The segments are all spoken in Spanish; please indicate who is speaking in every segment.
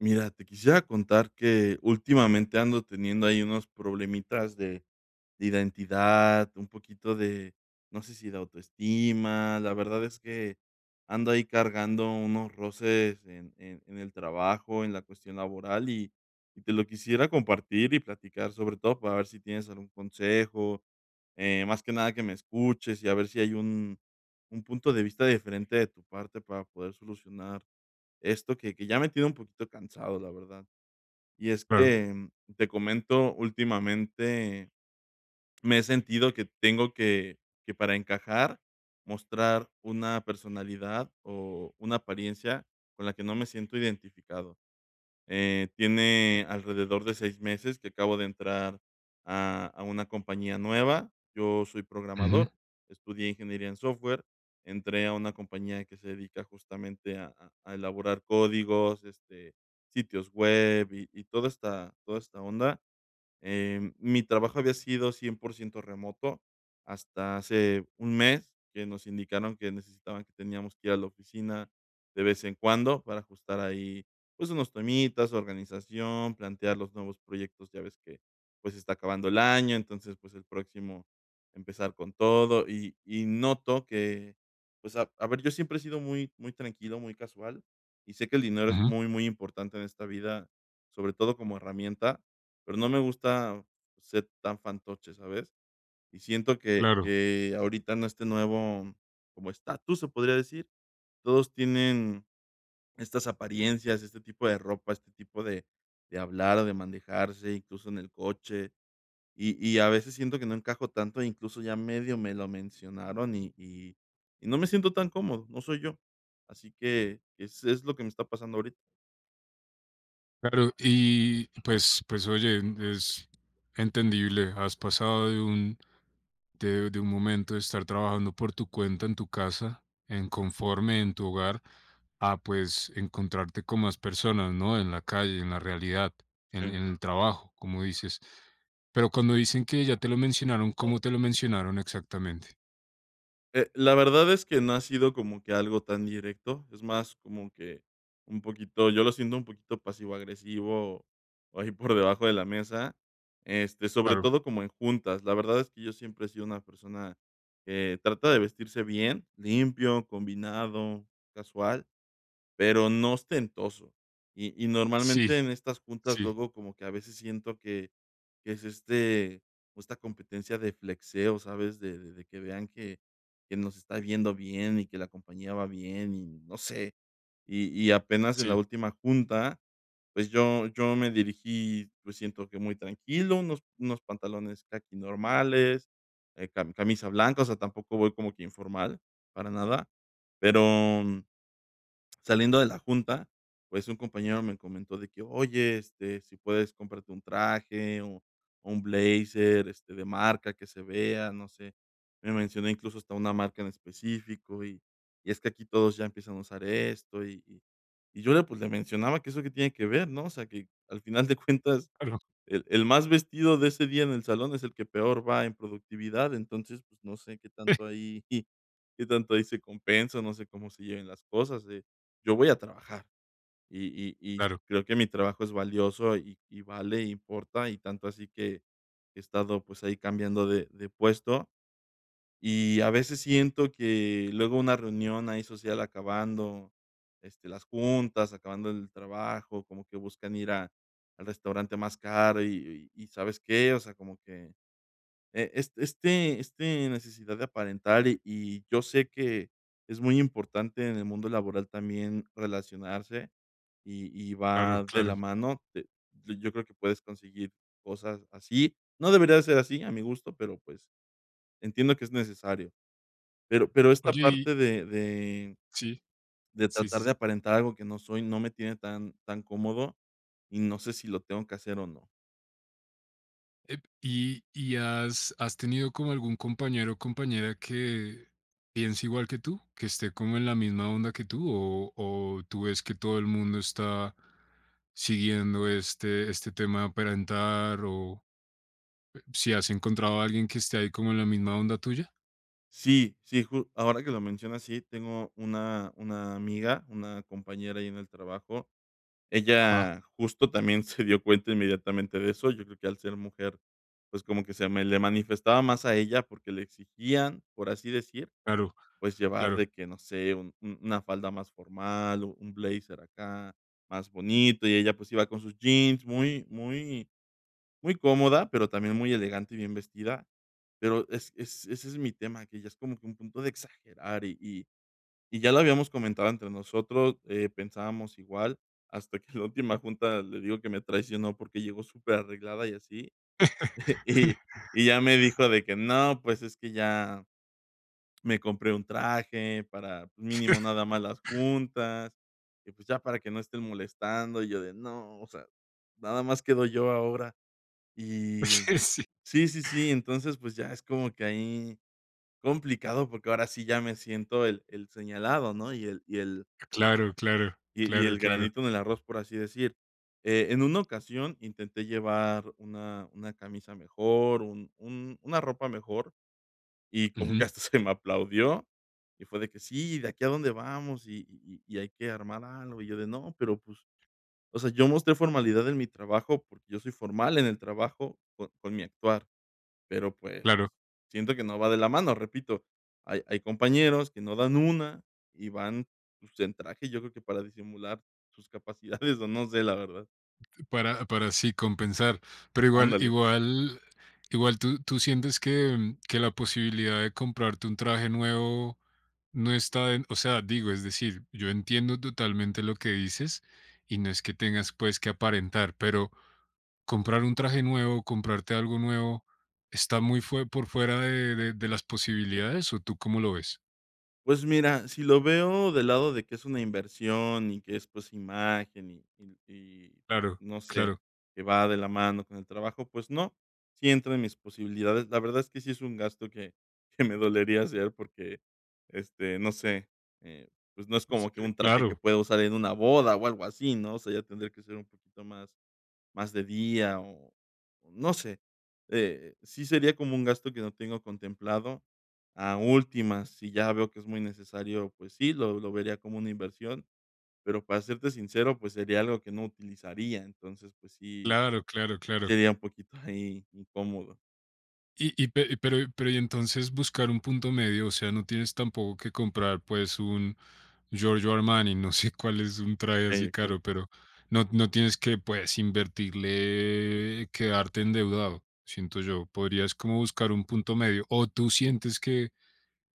Speaker 1: Mira, te quisiera contar que últimamente ando teniendo ahí unos problemitas de identidad, un poquito de, no sé si de autoestima. La verdad es que ando ahí cargando unos roces en el trabajo, en la cuestión laboral, y te lo quisiera compartir y platicar, sobre todo para ver si tienes algún consejo, más que nada que me escuches y a ver si hay un punto de vista diferente de tu parte para poder solucionar esto que ya me tiene un poquito cansado, la verdad. Y es
Speaker 2: Claro.
Speaker 1: que, te comento, últimamente me he sentido que tengo que para encajar, mostrar una personalidad o una apariencia con la que no me siento identificado. Tiene alrededor de 6 meses que acabo de entrar a una compañía nueva. Yo soy
Speaker 2: Ujú,
Speaker 1: programador, estudié ingeniería en software, entré a una compañía que se dedica justamente a elaborar códigos, este, sitios web y toda esta onda. Mi trabajo había sido 100% remoto hasta hace un mes, que nos indicaron que necesitaban que teníamos que ir a la oficina de vez en cuando para ajustar ahí, pues, unos temitas, organización, plantear los nuevos proyectos. Ya ves que, pues, está acabando el año, entonces, pues, el próximo empezar con todo. Y noto que, pues, a ver, yo siempre he sido muy muy tranquilo, muy casual, y sé que el dinero es
Speaker 2: ujú.
Speaker 1: muy, muy importante en esta vida, sobre todo como herramienta, pero no me gusta ser tan fantoche, ¿sabes? Y siento que
Speaker 2: Claro,
Speaker 1: que ahorita en este nuevo, como estatus, se podría decir, todos tienen estas apariencias, este tipo de ropa, este tipo de hablar, de manejarse, incluso en el coche, y a veces siento que no encajo tanto, e incluso ya medio me lo mencionaron y no me siento tan cómodo, no soy yo. Así que es lo que me está pasando ahorita.
Speaker 2: claro. Y pues oye, es entendible. Has pasado de un momento de estar trabajando por tu cuenta en tu casa, en tu hogar, a pues encontrarte con más personas, ¿no? En la calle, en la realidad,
Speaker 1: Sí.
Speaker 2: en el trabajo, como dices. Pero cuando dicen que ya te lo mencionaron, ¿cómo te lo mencionaron exactamente?
Speaker 1: La verdad es que no ha sido como que algo tan directo, es más como que un poquito, yo lo siento un poquito pasivo-agresivo, o ahí por debajo de la mesa, este, sobre
Speaker 2: Claro,
Speaker 1: todo como en juntas. La verdad es que yo siempre he sido una persona que trata de vestirse bien, limpio, combinado, casual, pero no ostentoso. Y
Speaker 2: sí,
Speaker 1: normalmente en estas juntas
Speaker 2: sí,
Speaker 1: luego como que a veces siento que es, este, esta competencia de flexeo, ¿sabes? De que vean que nos está viendo bien y que la compañía va bien y no sé. Y apenas en la
Speaker 2: sí,
Speaker 1: última junta, pues yo me dirigí, pues siento que muy tranquilo, unos pantalones caqui normales, camisa blanca, o sea, tampoco voy como que informal, para nada, pero mm, Saliendo de la junta, pues, un compañero me comentó de que: "Oye, este, si puedes, cómprate un traje, o un blazer, este, de marca que se vea", no sé. Me mencionó incluso hasta una marca en específico, y es que aquí todos ya empiezan a usar esto, y yo le, pues, le mencionaba que eso qué tiene que ver, ¿no? O sea, que al final de cuentas
Speaker 2: claro,
Speaker 1: el más vestido de ese día en el salón es el que peor va en productividad, entonces, pues, no sé qué tanto ahí qué tanto ahí se compensa, no sé cómo se lleven las cosas. Yo voy a trabajar y
Speaker 2: claro,
Speaker 1: creo que mi trabajo es valioso y vale, importa, y tanto así que he estado, pues, ahí cambiando de puesto. Y a veces siento que luego una reunión ahí social, acabando, este, las juntas, acabando el trabajo, como que buscan ir a al restaurante más caro y, ¿sabes qué? O sea, como que, es este necesidad de aparentar, y yo sé que es muy importante en el mundo laboral también relacionarse y
Speaker 2: claro,
Speaker 1: va de
Speaker 2: claro.
Speaker 1: la mano, te yo creo que puedes conseguir cosas así. No debería de ser así, a mi gusto, pero, pues, entiendo que es necesario. Pero esta
Speaker 2: Oye, y
Speaker 1: parte de de
Speaker 2: sí.
Speaker 1: de
Speaker 2: Sí, sí,
Speaker 1: tratar de
Speaker 2: sí.
Speaker 1: aparentar algo que no soy, no me tiene tan cómodo, y no sé si lo tengo que hacer o no.
Speaker 2: ¿Y has tenido como algún compañero o compañera que piense igual que tú, que esté como en la misma onda que tú, o tú ves que todo el mundo está siguiendo este tema de parentar, o si has encontrado a alguien que esté ahí como en la misma onda tuya?
Speaker 1: Sí, sí, ju ahora que lo mencionas, sí, tengo una amiga, una compañera ahí en el trabajo.
Speaker 2: Ajá,
Speaker 1: Ella justo también se dio cuenta inmediatamente de eso. Yo creo que al ser mujer, pues, como que se me le manifestaba más a ella porque le exigían, por así decir.
Speaker 2: claro,
Speaker 1: Pues, llevar
Speaker 2: claro.
Speaker 1: de que, no sé, un una falda más formal, u un blazer acá más bonito, y ella, pues, iba con sus jeans muy muy muy cómoda, pero también muy elegante y bien vestida. Pero es ese es mi tema, que ya es como que un punto de exagerar, y ya lo habíamos comentado entre nosotros, pensábamos igual, hasta que la última junta le digo que me traicionó porque llegó súper arreglada y así, y y ya me dijo de que: "No, pues, es que ya me compré un traje para pues, mínimo nada más las juntas, y pues ya para que no estén molestando", y yo de: "No, o sea, nada más quedo yo ahora". Y
Speaker 2: Sí,
Speaker 1: sí, sí, sí, entonces, pues ya es como que ahí complicado, porque ahora sí ya me siento el señalado, ¿no? Y el y el
Speaker 2: claro, claro,
Speaker 1: y y
Speaker 2: claro,
Speaker 1: el
Speaker 2: claro.
Speaker 1: granito en el arroz, por así decir. En una ocasión intenté llevar una camisa mejor, un una ropa mejor. Y como que
Speaker 2: Ujú,
Speaker 1: hasta se me aplaudió, y fue de que: "Sí, ¿de aquí a dónde vamos?, y hay que armar algo". Y yo de: "No, pero pues", o sea, yo mostré formalidad en mi trabajo, porque yo soy formal en el trabajo con mi actuar, pero pues,
Speaker 2: claro.
Speaker 1: siento que no va de la mano, repito, hay compañeros que no dan una y van, pues, en traje, yo creo que para disimular sus capacidades, o no sé, la verdad.
Speaker 2: Para sí compensar, pero igual,
Speaker 1: Ándale.
Speaker 2: igual, igual tú, tú sientes que, que la posibilidad de comprarte un traje nuevo no está en, o sea, digo, es decir, yo entiendo totalmente lo que dices y no es que tengas pues que aparentar, pero comprar un traje nuevo, comprarte algo nuevo, está muy fue por fuera de las posibilidades, ¿o tú cómo lo ves?
Speaker 1: Pues mira, si lo veo del lado de que es una inversión y que es, pues, imagen y y
Speaker 2: Claro,
Speaker 1: y no sé,
Speaker 2: claro,
Speaker 1: que va de la mano con el trabajo, pues no, sí entra en mis posibilidades. La verdad es que sí es un gasto que me dolería hacer porque, este, no sé, eh, pues no es como que un traje que
Speaker 2: claro,
Speaker 1: pueda usar en una boda o algo así, ¿no? O sea, ya tendría que ser un poquito más de día o no sé, sí sería como un gasto que no tengo contemplado. A últimas, si ya veo que es muy necesario, pues sí, lo vería como una inversión, pero para serte sincero, pues sería algo que no utilizaría, entonces, pues sí,
Speaker 2: claro, claro, claro.
Speaker 1: sería un poquito ahí incómodo.
Speaker 2: Y pe pero y entonces buscar un punto medio, o sea, no tienes tampoco que comprar, pues, un Giorgio Armani, no sé cuál es un traje
Speaker 1: Okey,
Speaker 2: así
Speaker 1: okey.
Speaker 2: caro, pero no tienes que, pues, invertirle, quedarte endeudado, siento yo. Podrías como buscar un punto medio, ¿o tú sientes que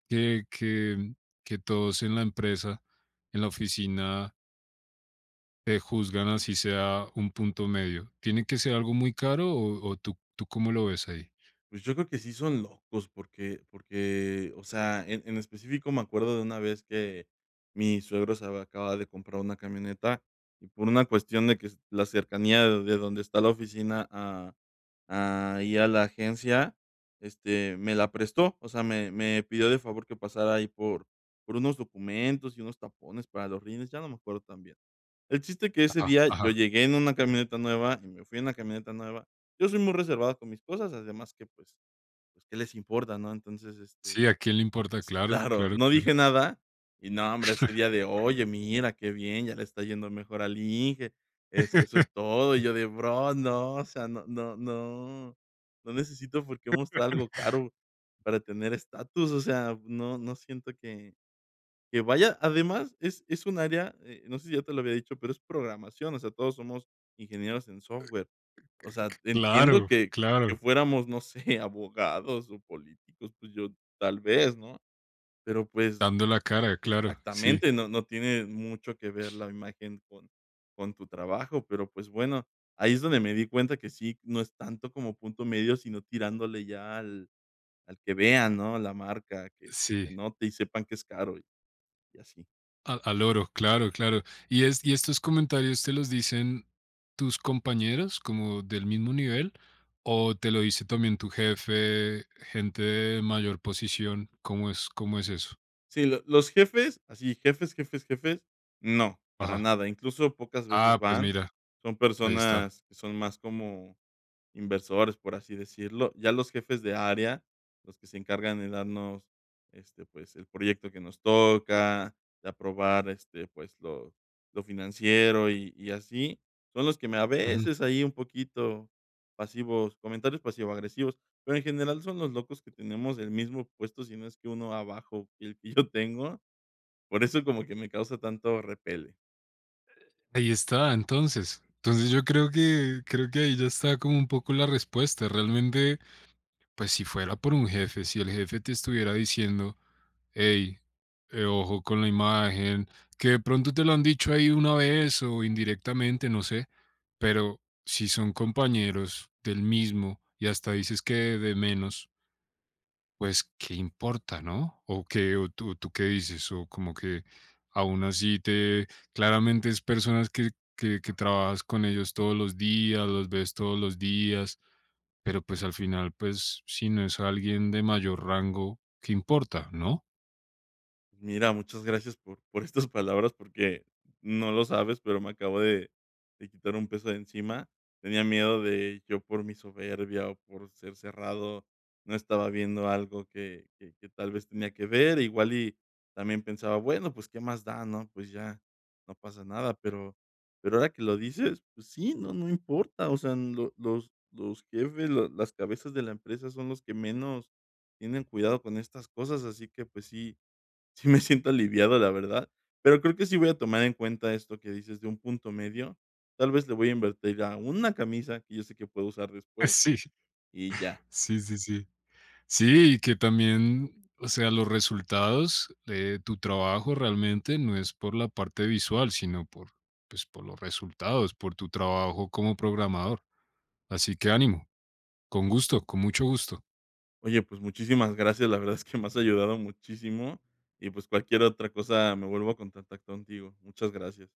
Speaker 2: que que que todos en la empresa, en la oficina, te juzgan así sea un punto medio, tiene que ser algo muy caro, o tú tú cómo lo ves ahí?
Speaker 1: Pues yo creo que sí son locos, porque, o sea, en específico me acuerdo de una vez que mi suegro se había acababa de comprar una camioneta, y por una cuestión de que la cercanía de donde está la oficina a la agencia, este, me la prestó, o sea, me pidió de favor que pasara ahí por unos documentos y unos tapones para los rines, ya no me acuerdo tan bien. El chiste que ese
Speaker 2: Ajá,
Speaker 1: día yo
Speaker 2: ajá.
Speaker 1: llegué en una camioneta nueva y me fui en la camioneta nueva. Yo soy muy reservado con mis cosas, además que, pues, ¿qué les importa, no? Entonces, este,
Speaker 2: Sí, ¿a quién le importa? Claro,
Speaker 1: claro,
Speaker 2: claro,
Speaker 1: no
Speaker 2: claro.
Speaker 1: dije nada y no, hombre, ese día de: "Oye, mira, qué bien, ya le está yendo mejor al Inge, eso es todo". Y yo de: "Bro, no, o sea, no, no, no, no necesito por qué mostrar algo caro para tener estatus", o sea, no siento que vaya, además es un área, no sé si ya te lo había dicho, pero es programación, o sea, todos somos ingenieros en software. O sea, entiendo
Speaker 2: Claro,
Speaker 1: que
Speaker 2: claro.
Speaker 1: fuéramos, no sé, abogados o políticos, pues yo tal vez, ¿no? Pero, pues,
Speaker 2: Dando la cara, claro, sí,
Speaker 1: exactamente, no tiene mucho que ver la imagen con tu trabajo, pero, pues, bueno, ahí es donde me di cuenta que sí, no es tanto como punto medio, sino tirándole ya al que vean, ¿no? La marca, que
Speaker 2: sí.
Speaker 1: se note y sepan que es caro y así.
Speaker 2: A al oro, claro, claro. ¿Y es y estos comentarios te los dicen tus compañeros, como del mismo nivel, o te lo dice también tu jefe, gente de mayor posición? Cómo es eso?
Speaker 1: Sí, lo los jefes, así jefes, jefes, jefes, no, para
Speaker 2: Ajá.
Speaker 1: nada. Incluso pocas veces
Speaker 2: Ah, pues
Speaker 1: van.
Speaker 2: mira,
Speaker 1: Son
Speaker 2: ahí está.
Speaker 1: personas que son más como inversores, por así decirlo. Ya los jefes de área, los que se encargan de darnos, este, pues, el proyecto que nos toca, de aprobar, este, pues, lo financiero y así, son los que me a
Speaker 2: Ujú.
Speaker 1: veces ahí un poquito pasivos, comentarios pasivo-agresivos, pero en general son los locos que tenemos el mismo puesto, si no es que uno abajo que el que yo tengo, por eso como que me causa tanto repele.
Speaker 2: Ahí está, entonces. Entonces, yo creo que ahí ya está como un poco la respuesta. Realmente, pues si fuera por un jefe, si el jefe te estuviera diciendo, hey, ojo con la imagen, que de pronto te lo han dicho ahí una vez o indirectamente, no sé, pero si son compañeros del mismo y hasta dices que de menos, pues qué importa, ¿no? O qué, tú qué dices, o como que aún así claramente es personas que, que trabajas con ellos todos los días, los ves todos los días, pero, pues, al final, pues, si no es alguien de mayor rango, ¿qué importa, no?
Speaker 1: Mira, muchas gracias por estas palabras, porque no lo sabes, pero me acabo de quitar un peso de encima. Tenía miedo de yo por mi soberbia o por ser cerrado, no estaba viendo algo que tal vez tenía que ver, igual y también pensaba, bueno, pues, ¿qué más da, no? Pues ya, no pasa nada. Pero ahora que lo dices, pues sí, no importa. O sea, lo los jefes, lo las cabezas de la empresa son los que menos tienen cuidado con estas cosas, así que, pues sí. Sí, me siento aliviado, la verdad, pero creo que sí voy a tomar en cuenta esto que dices de un punto medio. Tal vez le voy a invertir a una camisa que yo sé que puedo usar después,
Speaker 2: Sí,
Speaker 1: y ya.
Speaker 2: sí, sí, sí. Sí, y que también, o sea, los resultados de tu trabajo realmente no es por la parte visual, sino por, pues, por los resultados, por tu trabajo como programador. Así que ánimo, con gusto, con mucho gusto.
Speaker 1: Oye, pues muchísimas gracias, la verdad es que me has ayudado muchísimo, y pues cualquier otra cosa me vuelvo a contactar contigo. Muchas gracias.